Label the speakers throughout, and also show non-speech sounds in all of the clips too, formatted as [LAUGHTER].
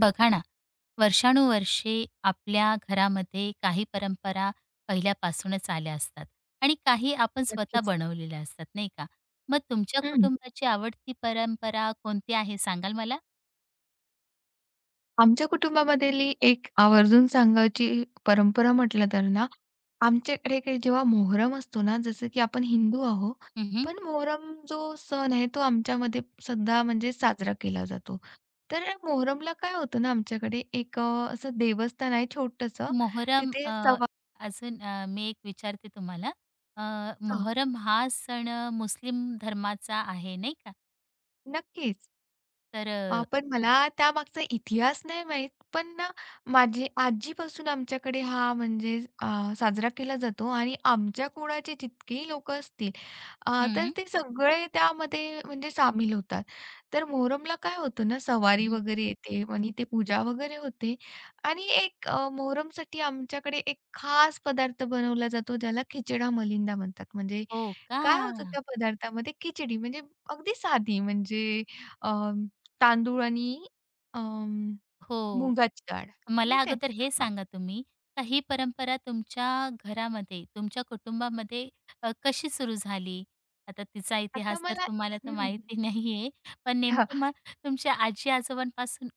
Speaker 1: बघा ना, वर्षानुवर्षे आपल्या घरामध्ये काही परंपरा पहिल्यापासूनच आल्या असतात आणि काही आपण स्वतः
Speaker 2: नक्कीच.
Speaker 1: बनवलेल्या असतात, नाही का? मग तुमच्या
Speaker 2: हं.
Speaker 1: कुटुंबाची आवडती परंपरा कोणती आहे सांगाल मला?
Speaker 2: आमच्या कुटुंबामधली एक आवर्जून सांगायची परंपरा म्हटलं तर ना, आमच्याकडे काही जेव्हा मोहरम असतो ना, जसं की आपण हिंदू आहो,
Speaker 1: हं,
Speaker 2: पण मोहरम जो सण आहे तो आमच्यामध्ये सुद्धा म्हणजे साजरा केला जातो. तर मोहरमला काय होतं ना, आमच्याकडे एक असं देवस्थान आहे छोटंसं.
Speaker 1: मोहरम
Speaker 2: तिथे सवा
Speaker 1: अजून मी एक विचारते तुम्हाला. अ,
Speaker 2: हां,
Speaker 1: मोहरम हा सण मुस्लिम धर्माचा आहे, नाही का?
Speaker 2: नक्कीच.
Speaker 1: तर
Speaker 2: पण मला त्यामागचा इतिहास नाही माहीत. पण ना, माझी आजीपासून आमच्याकडे हा म्हणजे अ, साजरा केला जातो आणि आमच्या कुळाचे जितकेही लोकं असतील, तर
Speaker 1: हं,
Speaker 2: ते सगळे त्यामध्ये म्हणजे सामील होतात. तर मोहरमला काय होतं ना, सवारी
Speaker 1: हं.
Speaker 2: वगैरे येते आणि ते पूजा वगैरे होते आणि एक मोहरमसाठी आमच्याकडे एक खास पदार्थ बनवला जातो, ज्याला खिचडा मलिंदा म्हणतात. म्हणजे
Speaker 1: हो का?
Speaker 2: काय होतं त्या पदार्थामध्ये? खिचडी म्हणजे अगदी साधी म्हणजे अ, तांदूळ आणि अं,
Speaker 1: हो.
Speaker 2: मुगाची डाळ.
Speaker 1: मला
Speaker 2: माहिती
Speaker 1: अगोदर
Speaker 2: आहे?
Speaker 1: हे सांगा तुम्ही का ही परंपरा तुमच्या घरामध्ये, तुमच्या कुटुंबामध्ये कशी सुरू झाली? आता तिचा
Speaker 2: आता
Speaker 1: इतिहास तर
Speaker 2: मला
Speaker 1: तुम्हाला तर
Speaker 2: हं.
Speaker 1: माहिती नाहीये, पण नेमकं
Speaker 2: हां.
Speaker 1: मग तुमच्या आजी-आजोबांपासून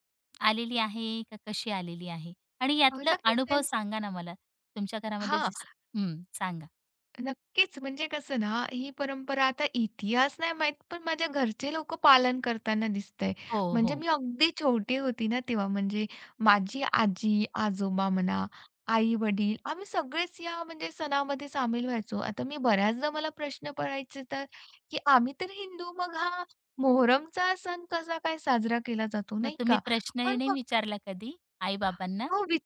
Speaker 1: आलेली आहे का कशी आलेली आहे? आणि यातला
Speaker 2: नक्कीच
Speaker 1: अनुभव
Speaker 2: त्यां
Speaker 1: सांगा ना मला तुमच्या घरामध्ये
Speaker 2: हां.
Speaker 1: जसं हं, सांगा.
Speaker 2: नक्कीच. म्हणजे कसं ना, ही परंपरा आता इतिहास नाही माहीत, पण माझ्या घरचे लोकं पालन करताना दिसतंय.
Speaker 1: हो,
Speaker 2: म्हणजे
Speaker 1: हो.
Speaker 2: मी अगदी छोटी होती ना तेव्हा, म्हणजे माझी आजी, आजोबा म्हणा, आई-वडील आम्ही सगळेच या म्हणजे सणामध्ये सामील व्हायचो. आता मी बऱ्याचदा मला प्रश्न पडायचे तर, की आम्ही तर हिंदू, मग हा मोहरमचा सण कसा काय साजरा केला जातो,
Speaker 1: मग
Speaker 2: नाही
Speaker 1: तुम्ही
Speaker 2: का?
Speaker 1: प्रश्न
Speaker 2: पण
Speaker 1: नाही
Speaker 2: फक्त
Speaker 1: विचारला कधी आई-बाबांना?
Speaker 2: हो, वि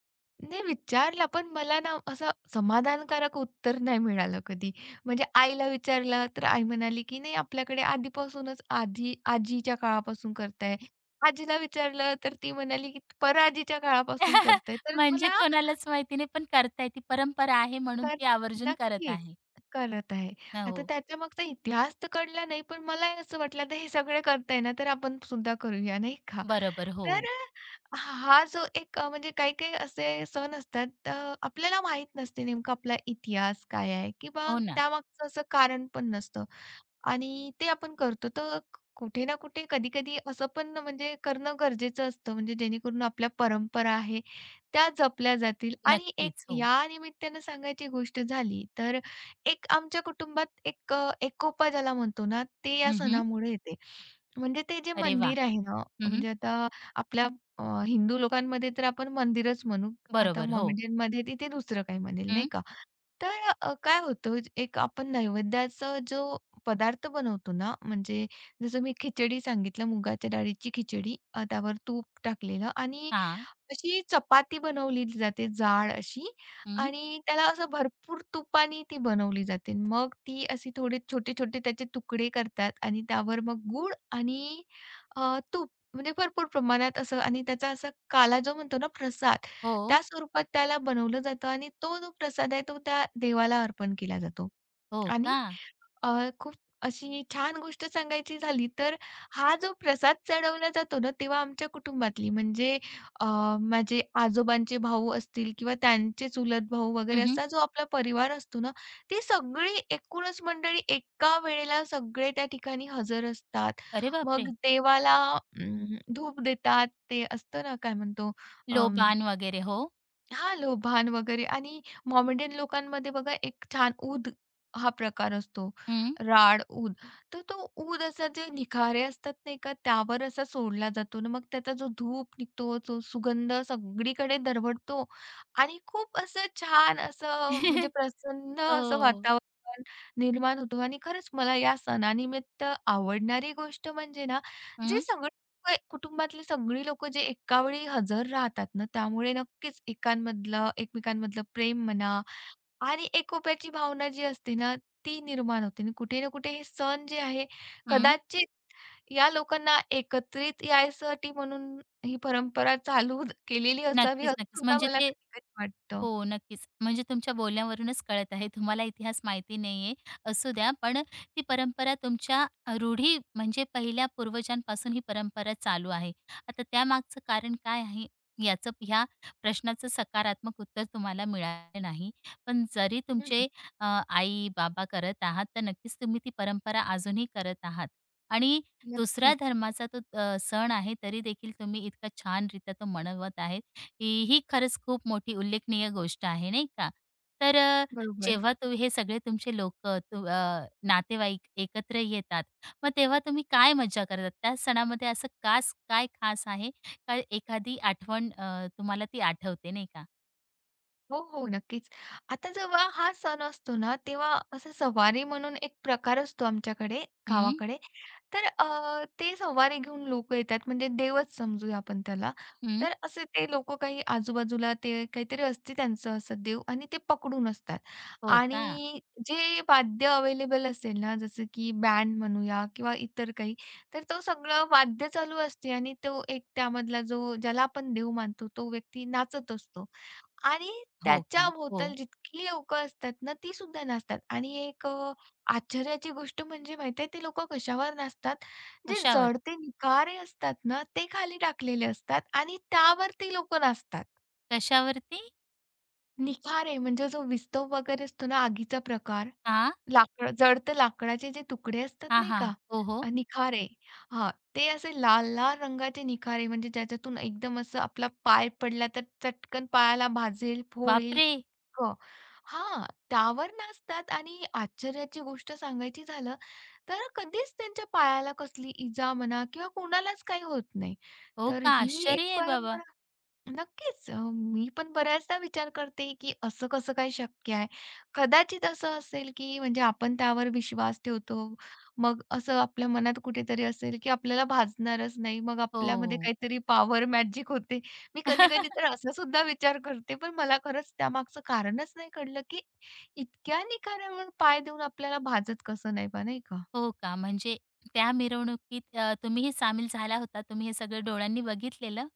Speaker 2: नाही विचारला, पण मला ना असं समाधानकारक उत्तर नाही मिळालं कधी. म्हणजे आईला विचारलं, तर आई म्हणाली, की "नाही, आपल्याकडे आधीपासूनच आजीच्या काळापासून करताय." आजीला विचारलं, तर ती म्हणाली, की "परआजीच्या काळापासून
Speaker 1: [LAUGHS]
Speaker 2: करताय." तर
Speaker 1: म्हणजे
Speaker 2: मला
Speaker 1: कोणालाच माहिती नाही, पण करताय ती परंपरा आहे म्हणून
Speaker 2: तर
Speaker 1: ती आवर्जून करत
Speaker 2: नक्कीच
Speaker 1: आहे.
Speaker 2: करत आहे. आता
Speaker 1: हो.
Speaker 2: त्याच्यामागचा इतिहास तर कळला नाही, पण मलाही असं वाटलं आता हे सगळे करताय ना, तर आपण सुद्धा करूया नाही का?
Speaker 1: बरोबर. हो.
Speaker 2: तर हा जो एक म्हणजे काही-काही असे सण असतात, तर आपल्याला माहीत नसते नेमका आपला इतिहास काय आहे किंवा
Speaker 1: हो ना.
Speaker 2: त्यामागचं असं कारण पण नसतं. आणि ते आपण करतो. तर कुठे ना कुठे कधी-कधी असं पण म्हणजे करणं गरजेचं असतं, म्हणजे जेणेकरून आपल्या परंपरा आहे त्या जपल्या जातील. आणि एक
Speaker 1: नक्कीच. हो.
Speaker 2: या निमित्तानं सांगायची गोष्ट झाली, तर एक आमच्या कुटुंबात एक एकोपा ज्याला म्हणतो ना, ते या
Speaker 1: हं,
Speaker 2: सणामुळे येते. म्हणजे ते जे
Speaker 1: अरे वा,
Speaker 2: मंदिर आहे ना,
Speaker 1: हं,
Speaker 2: म्हणजे आता आपल्या हिंदू लोकांमध्ये तर आपण मंदिरच म्हणू. आता
Speaker 1: बरोबर. हो.
Speaker 2: मॉमेडियनमध्ये तिथे दुसरं काही म्हणेल, नाही
Speaker 1: हं.
Speaker 2: का? तर काय होतं एक आपण नैवेद्याचा जो पदार्थ बनवतो ना, म्हणजे जसं मी खिचडी सांगितलं मुगाच्या डाळीची खिचडी, त्यावर तूप टाकलेलं आणि
Speaker 1: हां.
Speaker 2: अशी चपाती बनवली जाते जाड अशी
Speaker 1: हं.
Speaker 2: आणि त्याला असं भरपूर तुपाने ती बनवली जाते. मग ती अशी थोडे छोटे-छोटे त्याचे तुकडे करतात आणि त्यावर मग गूळ आणि तूप म्हणजे भरपूर प्रमाणात असं आणि त्याचा असा काला जो म्हणतो ना प्रसाद,
Speaker 1: हो.
Speaker 2: त्या स्वरूपात त्याला बनवलं जातं आणि तो जो प्रसाद आहे तो त्या देवाला अर्पण केला जातो.
Speaker 1: हो
Speaker 2: आणि
Speaker 1: का?
Speaker 2: अ, खूप अशी छान गोष्ट सांगायची झाली तर हा जो प्रसाद चढवला जातो ना, तेव्हा आमच्या कुटुंबातली म्हणजे अ, माझे आजोबांचे भाऊ असतील किंवा त्यांचे चुलत भाऊ वगैरे
Speaker 1: हं, हं.
Speaker 2: असा जो आपला परिवार असतो ना, ते सगळी एकूणच मंडळी एका वेळेला सगळे त्या ठिकाणी हजर असतात.
Speaker 1: अरे बापरे!
Speaker 2: मग देवाला अं, धूप देतात. ते असतं ना काय म्हणतो
Speaker 1: लोबान वगैरे. हो.
Speaker 2: हां, लोभान वगैरे आणि मॉमेडियन लोकांमध्ये बघा एक छान ऊद हा प्रकार असतो.
Speaker 1: हं.
Speaker 2: राड, ऊद. तर तो ऊद असा जे निखारे असतात नाही का, त्यावर असा सोडला जातो ना, मग त्याचा जो धूप निघतो, तो सुगंध सगळीकडे दरवळतो आणि खूप असं छान असं म्हणजे
Speaker 1: [LAUGHS]
Speaker 2: प्रसन्न असं
Speaker 1: हो.
Speaker 2: वातावरण निर्माण होतं आणि खरंच मला या सणानिमित्त आवडणारी गोष्ट म्हणजे ना, जे
Speaker 1: हं.
Speaker 2: सगळं होय, कुटुंबातली सगळी लोकं जे एकावेळी हजर राहतात ना, त्यामुळे नक्कीच एकांमधलं एकमेकांमधलं प्रेम म्हणा आणि एकोप्याची भावना जी असते ना, ती निर्माण होते आणि कुठे ना कुठे हे सण जे आहे,
Speaker 1: हं.
Speaker 2: कदाचित या लोकांना एकत्रित यायसाठी म्हणून ही परंपरा चालू केलेली असावी,
Speaker 1: नक्कीच,
Speaker 2: असं
Speaker 1: नक्कीच.
Speaker 2: सुद्धा
Speaker 1: म्हणजे
Speaker 2: मला
Speaker 1: ते
Speaker 2: कधी-कधी वाटतं.
Speaker 1: हो, नक्कीच. म्हणजे तुमच्या बोलण्यावरूनच कळत आहे तुम्हाला इतिहास माहिती नाहीये. असू द्या, पण ती परंपरा तुमच्या रूढी म्हणजे पहिल्या पूर्वजांपासून ही परंपरा चालू आहे. आता त्यामागचं कारण काय आहे? याचं ह्या प्रश्नाचं सकारात्मक उत्तर तुम्हाला मिळालं नाही. पण जरी
Speaker 2: हं,
Speaker 1: तुमचे आई-बाबा करत आहात, तर नक्कीच तुम्ही ती परंपरा अजूनही करत आहात. आणि दुसऱ्या
Speaker 2: नक्कीच.
Speaker 1: धर्माचा तो सण आहे, तरी देखील तुम्ही इतका छानरित्या तो मनवत आहेत. ही ही खरंच खूप मोठी उल्लेखनीय गोष्ट आहे, नाही का? तर
Speaker 2: बरोबर.
Speaker 1: जेव्हा तू हे सगळे तुमचे लोकं तू नातेवाईक एकत्र येतात, मग तेव्हा तुम्ही काय मज्जा करतात? त्या सणामध्ये असं कास काय खास आहे? का एखादी आठवण तुम्हाला ती आठवते, नाही का?
Speaker 2: हो, हो. नक्कीच. आता जेव्हा हा सण असतो ना, तेव्हा असं सवारी म्हणून एक प्रकार असतो आमच्याकडे,
Speaker 1: हं,
Speaker 2: गावाकडे. तर ते सवारी घेऊन लोकं येतात, म्हणजे देवच समजूया आपण त्याला.
Speaker 1: हं.
Speaker 2: तर असे ते लोकं काही आजूबाजूला ते काहीतरी असते त्यांचं असं देव आणि ते पकडून असतात.
Speaker 1: हो का?
Speaker 2: आणि जे वाद्य अवेलेबल असेल ना, जसं की बँड म्हणूया किंवा इतर काही, तर तो सगळं वाद्य चालू असते आणि तो एक त्यामधला जो ज्याला आपण देव मानतो, तो व्यक्ती नाचत असतो. आणि
Speaker 1: हो
Speaker 2: त्याच्या
Speaker 1: का? हो.
Speaker 2: भोवताल जितकी लोकं असतात ना, ती सुद्धा नाचतात आणि एक आश्चर्याची गोष्ट म्हणजे माहिती ते लोकं कशावर नाचतात, जे
Speaker 1: कशावर?
Speaker 2: जडते निखारे असतात ना, ते खाली टाकलेले असतात आणि त्यावर ती लोकं नाचतात.
Speaker 1: कशावरती?
Speaker 2: निखार आहे, म्हणजे जो विस्तव वगैरे असतो ना आगीचा प्रकार,
Speaker 1: हां.
Speaker 2: लाकड जळतं लाकडाचे जे तुकडे असतात
Speaker 1: हां,
Speaker 2: नाही
Speaker 1: हां.
Speaker 2: का?
Speaker 1: हो, हो.
Speaker 2: निखार आहे. ते असे लाल-लाल रंगाचे निखारे आहे, म्हणजे ज्याच्यातून एकदम असं आपला पाय पडला तर चटकन पायाला भाजेल, फोडेल येईल
Speaker 1: बापरे!
Speaker 2: इतकं. हां, त्यावर नाचतात आणि आश्चर्याची गोष्ट सांगायची झालं, तर कधीच त्यांच्या पायाला कसली इजा म्हणा किंवा कोणालाच काही होत नाही.
Speaker 1: हो
Speaker 2: तर
Speaker 1: का?
Speaker 2: ही एक
Speaker 1: आश्चर्य आहे बाबा.
Speaker 2: परंपरा नक्कीच. मी पण बऱ्याचदा विचार करते, की असं कसं काय शक्य आहे? कदाचित असं असेल, की म्हणजे आपण त्यावर विश्वास ठेवतो. मग असं आपल्या मनात कुठेतरी असेल, की आपल्याला भाजणारच नाही. मग आपल्यामध्ये
Speaker 1: हो.
Speaker 2: काहीतरी पॉवर मॅजिक होते. मी कधी-कधी
Speaker 1: [LAUGHS]
Speaker 2: तर असा सुद्धा विचार करते. पण मला खरंच त्यामागचं कारणच नाही कळलं, की इतक्या निखाऱ्यावर पाय देऊन आपल्याला भाजत कसं नाही बा, नाही का?
Speaker 1: हो का? म्हणजे त्या मिरवणुकीत तुम्हीही सामील झाला होता. तुम्ही हे सगळं डोळ्यांनी बघितलेलं.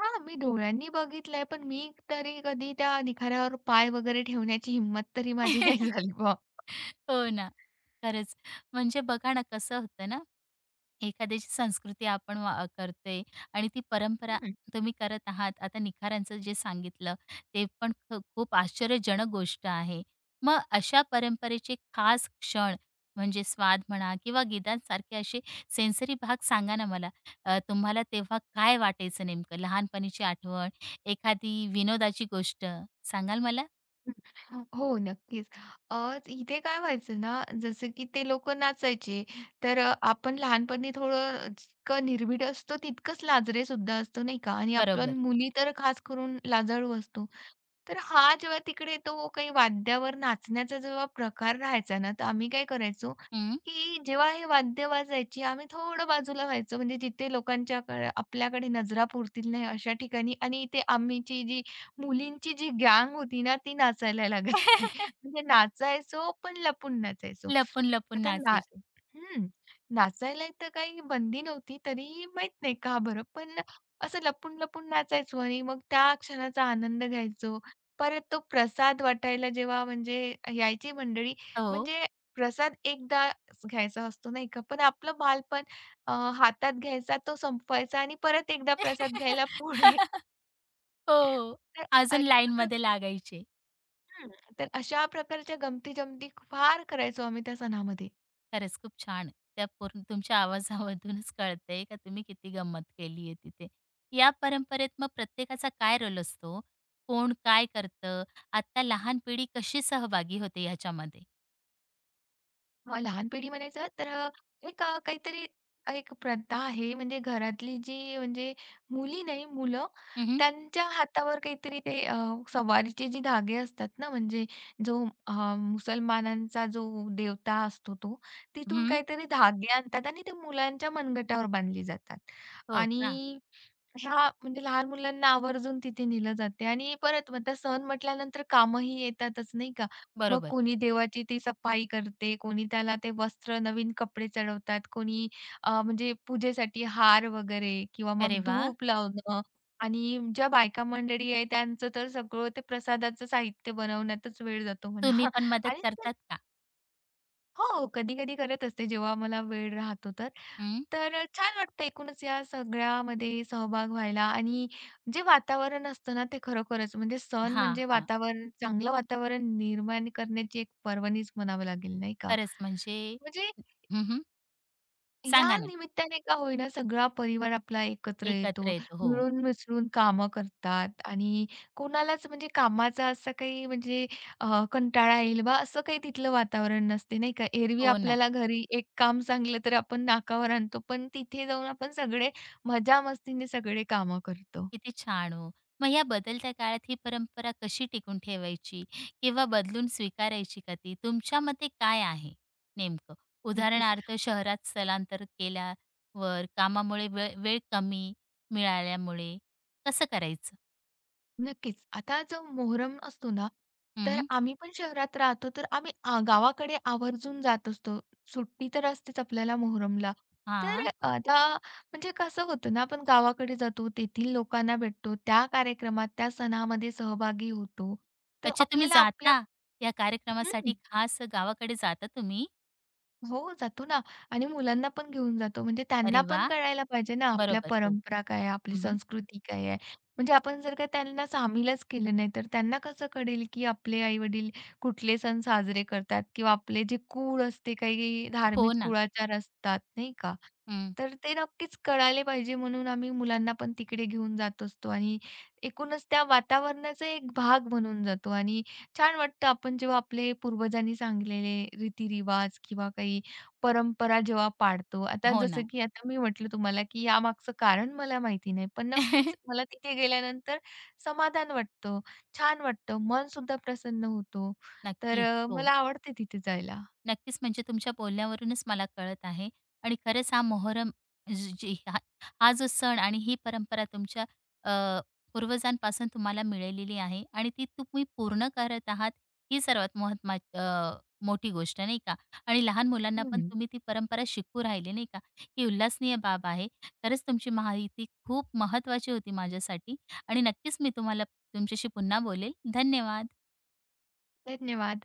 Speaker 2: हां, मी डोळ्यांनी बघितलंय, पण मी तरी कधी त्या निखाऱ्यावर पाय वगैरे ठेवण्याची हिंमत तरी माझी [LAUGHS] नाही झाली
Speaker 1: [LAUGHS] हो ना. खरंच. म्हणजे बघा ना कसं होतं ना एखाद्याची संस्कृती आपण वा करतोय आणि ती परंपरा
Speaker 2: हं,
Speaker 1: तुम्ही करत आहात. आता निखारांचं जे सांगितलं, ते पण खूप आश्चर्यजनक गोष्ट आहे. मग अशा परंपरेचे खास क्षण म्हणजे स्वाद म्हणा किंवा गीतांसारखे असे सेन्सरी भाग सांगा ना मला. तुम्हाला तेव्हा काय वाटायचं नेमकं? लहानपणीची आठवण, एखादी विनोदाची गोष्ट सांगाल मला?
Speaker 2: हं. हो, नक्कीच. इथे काय व्हायचं ना, जसं की ते लोकं नाचायचे, तर आपण लहानपणी थोडं जितकं निर्भीड असतो, तितकंच लाजरे सुद्धा असतो, नाही का? आणि आपण
Speaker 1: बरोबर.
Speaker 2: मुली तर खास करून लाजाळू असतो. तर हा जेव्हा तिकडे तो काही वाद्यावर नाचण्याचा जेव्हा प्रकार राहायचा ना, तर आम्ही काय करायचो,
Speaker 1: हं.
Speaker 2: की जेव्हा हे वाद्य वाजायची, आम्ही थोडं बाजूला व्हायचो, म्हणजे जिथे लोकांच्याकडे आपल्याकडे नजरा पुरतील नाही, अशा ठिकाणी. आणि इथे आमची जी मुलींची जी गँग होती ना, ती नाचायला लागायची.
Speaker 1: [LAUGHS]
Speaker 2: म्हणजे नाचायचो, पण लपून नाचायचो.
Speaker 1: लपून-लपून
Speaker 2: आता ना
Speaker 1: नाचायचे.
Speaker 2: हं. नाचायला तर काही बंदी नव्हती, तरीही माहीत नाही का बरं? पण असं लपून-लपून नाचायचो आणि मग त्या क्षणाचा आनंद घ्यायचो. परत तो प्रसाद वाटायला जेव्हा म्हणजे यायची मंडळी,
Speaker 1: हो.
Speaker 2: म्हणजे प्रसाद एकदाच घ्यायचा असतो नाही का? पण आपलं बालपण अ, हातात घ्यायचा, तो संपवायचा आणि परत एकदा प्रसाद घ्यायला पुढे.
Speaker 1: [LAUGHS] हो. हो.
Speaker 2: तर
Speaker 1: अजून लाईनमध्ये लागायचे.
Speaker 2: हं. तर अशा प्रकारच्या गमती-जमती फार करायचो आम्ही त्या सणामध्ये.
Speaker 1: खरंच खूप छान. त्या पूर्ण तुमच्या आवाजामधूनच कळतंय का तुम्ही किती गंमत केली आहे तिथे. या परंपरेत मग प्रत्येकाचा काय रोल असतो? कोण काय करतं? आता लहान पिढी कशी सहभागी होते ह्याच्यामध्ये?
Speaker 2: मग लहान पिढी म्हणायचं तर एक काहीतरी एक प्रथा आहे म्हणजे घरातली जी म्हणजे मुली नाही मुलं
Speaker 1: हं, हं.
Speaker 2: त्यांच्या हातावर काहीतरी ते सवारीचे जे धागे असतात ना म्हणजे जो मुसलमानांचा जो देवता असतो तो, तिथून काहीतरी धागे आणतात आणि ते मुलांच्या मनगटावर बांधले जातात.
Speaker 1: हो का?
Speaker 2: आणि हां, म्हणजे लहान मुलांना आवर्जून तिथे नेलं जाते आणि परत म्हणतात सण म्हटल्यानंतर कामंही येतातच, नाही का? मग
Speaker 1: बरोबर.
Speaker 2: कोणी देवाची ती सफाई करते, कोणी त्याला ते वस्त्र, नवीन कपडे चढवतात, कोणी म्हणजे पूजेसाठी हार वगैरे किंवा
Speaker 1: अरे
Speaker 2: मग
Speaker 1: वाह!
Speaker 2: धूप लावणं आणि ज्या बायका मंडळी आहे त्यांचं तर सगळं ते प्रसादाचं साहित्य बनवण्यातच वेळ जातो
Speaker 1: तुम्ही
Speaker 2: म्हणा
Speaker 1: पण मदत
Speaker 2: आणि
Speaker 1: करतात का?
Speaker 2: हो, कधी-कधी करत असते जेव्हा मला वेळ राहतो तर.
Speaker 1: हं.
Speaker 2: तर छान वाटतं एकूणच या सगळ्यामध्ये सहभाग व्हायला आणि जे वातावरण असतं ना, ते खरोखरच म्हणजे सण
Speaker 1: हां,
Speaker 2: म्हणजे
Speaker 1: हां.
Speaker 2: वातावरण चांगलं वातावरण निर्माण करण्याची एक पर्वणीच म्हणावं लागेल, नाही का?
Speaker 1: खरंच म्हणजे
Speaker 2: म्हणजे
Speaker 1: हं,
Speaker 2: या
Speaker 1: सांगा ना.
Speaker 2: निमित्ताने का होईना सगळा परिवार आपला एकत्र येतो.
Speaker 1: एकत्र येतो. हो.
Speaker 2: मिळून-मिसळून कामं करतात आणि कोणालाच म्हणजे कामाचा असा काही म्हणजे कंटाळा येईल बा असं काही तिथलं वातावरण नसते नाही का. एरवी
Speaker 1: हो ना.
Speaker 2: आपल्याला घरी एक काम सांगलं तर आपण नाकावर आणतो. पण तिथे जाऊन आपण सगळे मजा-मस्तीने सगळे कामं करतो.
Speaker 1: किती छान हो. मग या बदलत्या काळात ही परंपरा कशी टिकून ठेवायची किंवा बदलून स्वीकारायची का ती? तुमच्या मते काय आहे नेमकं?
Speaker 2: नक्कीच.
Speaker 1: उदाहरणार्थ शहरात स्थलांतर केल्यावर कामामुळे वेळ वेळ कमी मिळाल्यामुळे कसं करायचं?
Speaker 2: नक्कीच. आता जो मोहरम असतो ना, तर
Speaker 1: हं.
Speaker 2: आम्ही पण शहरात राहतो, तर आम्ही आ, गावाकडे आवर्जून जात असतो. सुट्टी तर असतेच आपल्याला मोहरमला. तर
Speaker 1: हां.
Speaker 2: आता म्हणजे कसं होतं ना, आपण गावाकडे जातो, तेथील लोकांना भेटतो, त्या कार्यक्रमात, त्या सणामध्ये सहभागी होतो. तर
Speaker 1: अच्छा तुम्ही
Speaker 2: आपल्याला आपल्या
Speaker 1: जाता या कार्यक्रमासाठी
Speaker 2: हं.
Speaker 1: खास गावाकडे जाता तुम्ही?
Speaker 2: हो, जातो ना आणि मुलांना पण घेऊन जातो. म्हणजे त्यांना
Speaker 1: अरे
Speaker 2: पण
Speaker 1: वाह!
Speaker 2: कळायला पाहिजे ना, आपल्या
Speaker 1: बरोबर. हो.
Speaker 2: परंपरा काय आहे, आपली
Speaker 1: हं,
Speaker 2: संस्कृती काय आहे. म्हणजे आपण जर का त्यांना सामीलच केलं नाही, तर त्यांना कसं कळेल, की आपले आई-वडील कुठले सण साजरे करतात किंवा आपले जे कुळ असते, काही
Speaker 1: हो
Speaker 2: धार्मिक
Speaker 1: ना.
Speaker 2: कुळाचार असतात, नाही का?
Speaker 1: हं.
Speaker 2: तर ते नक्कीच कळायला पाहिजे म्हणून आम्ही मुलांना पण तिकडे घेऊन जात असतो आणि एकूणच त्या वातावरणाचा एक भाग बनून जातो आणि छान वाटतं आपण जेव्हा आपले पूर्वजांनी सांगितलेले रीतिरिवाज किंवा काही परंपरा जेव्हा पाळतो. आता
Speaker 1: हो
Speaker 2: जसं
Speaker 1: ना.
Speaker 2: की आता मी म्हटलं तुम्हाला, की यामागचं कारण मला माहिती नाही. पण नक्कीच
Speaker 1: [LAUGHS]
Speaker 2: मला तिथे गेल्यानंतर समाधान वाटतं, छान वाटतं, मनसुद्धा प्रसन्न होतो. तर
Speaker 1: नक्कीच. हो.
Speaker 2: मला आवडते तिथे जायला.
Speaker 1: नक्कीच, म्हणजे तुमच्या बोलण्यावरूनच मला कळत आहे आणि खरंच हा मोहरम जी जी हा हा जो सण आणि ही परंपरा तुमच्या अ, पूर्वजांपासून तुम्हाला मिळालेली आहे आणि ती तुम्ही पूर्ण करत आहात, ही सर्वात मोठी गोष्ट नाही का? आणि लहान मुलांना पण
Speaker 2: हं.
Speaker 1: तुम्ही ती परंपरा शिकवू राहिले नाही का? ही उल्हासनीय बाब आहे. खरंच तुमची माहिती खूप महत्त्वाची होती माझ्यासाठी आणि नक्कीच मी तुम्हाला तुमच्याशी पुन्हा बोलेल. धन्यवाद.
Speaker 2: धन्यवाद.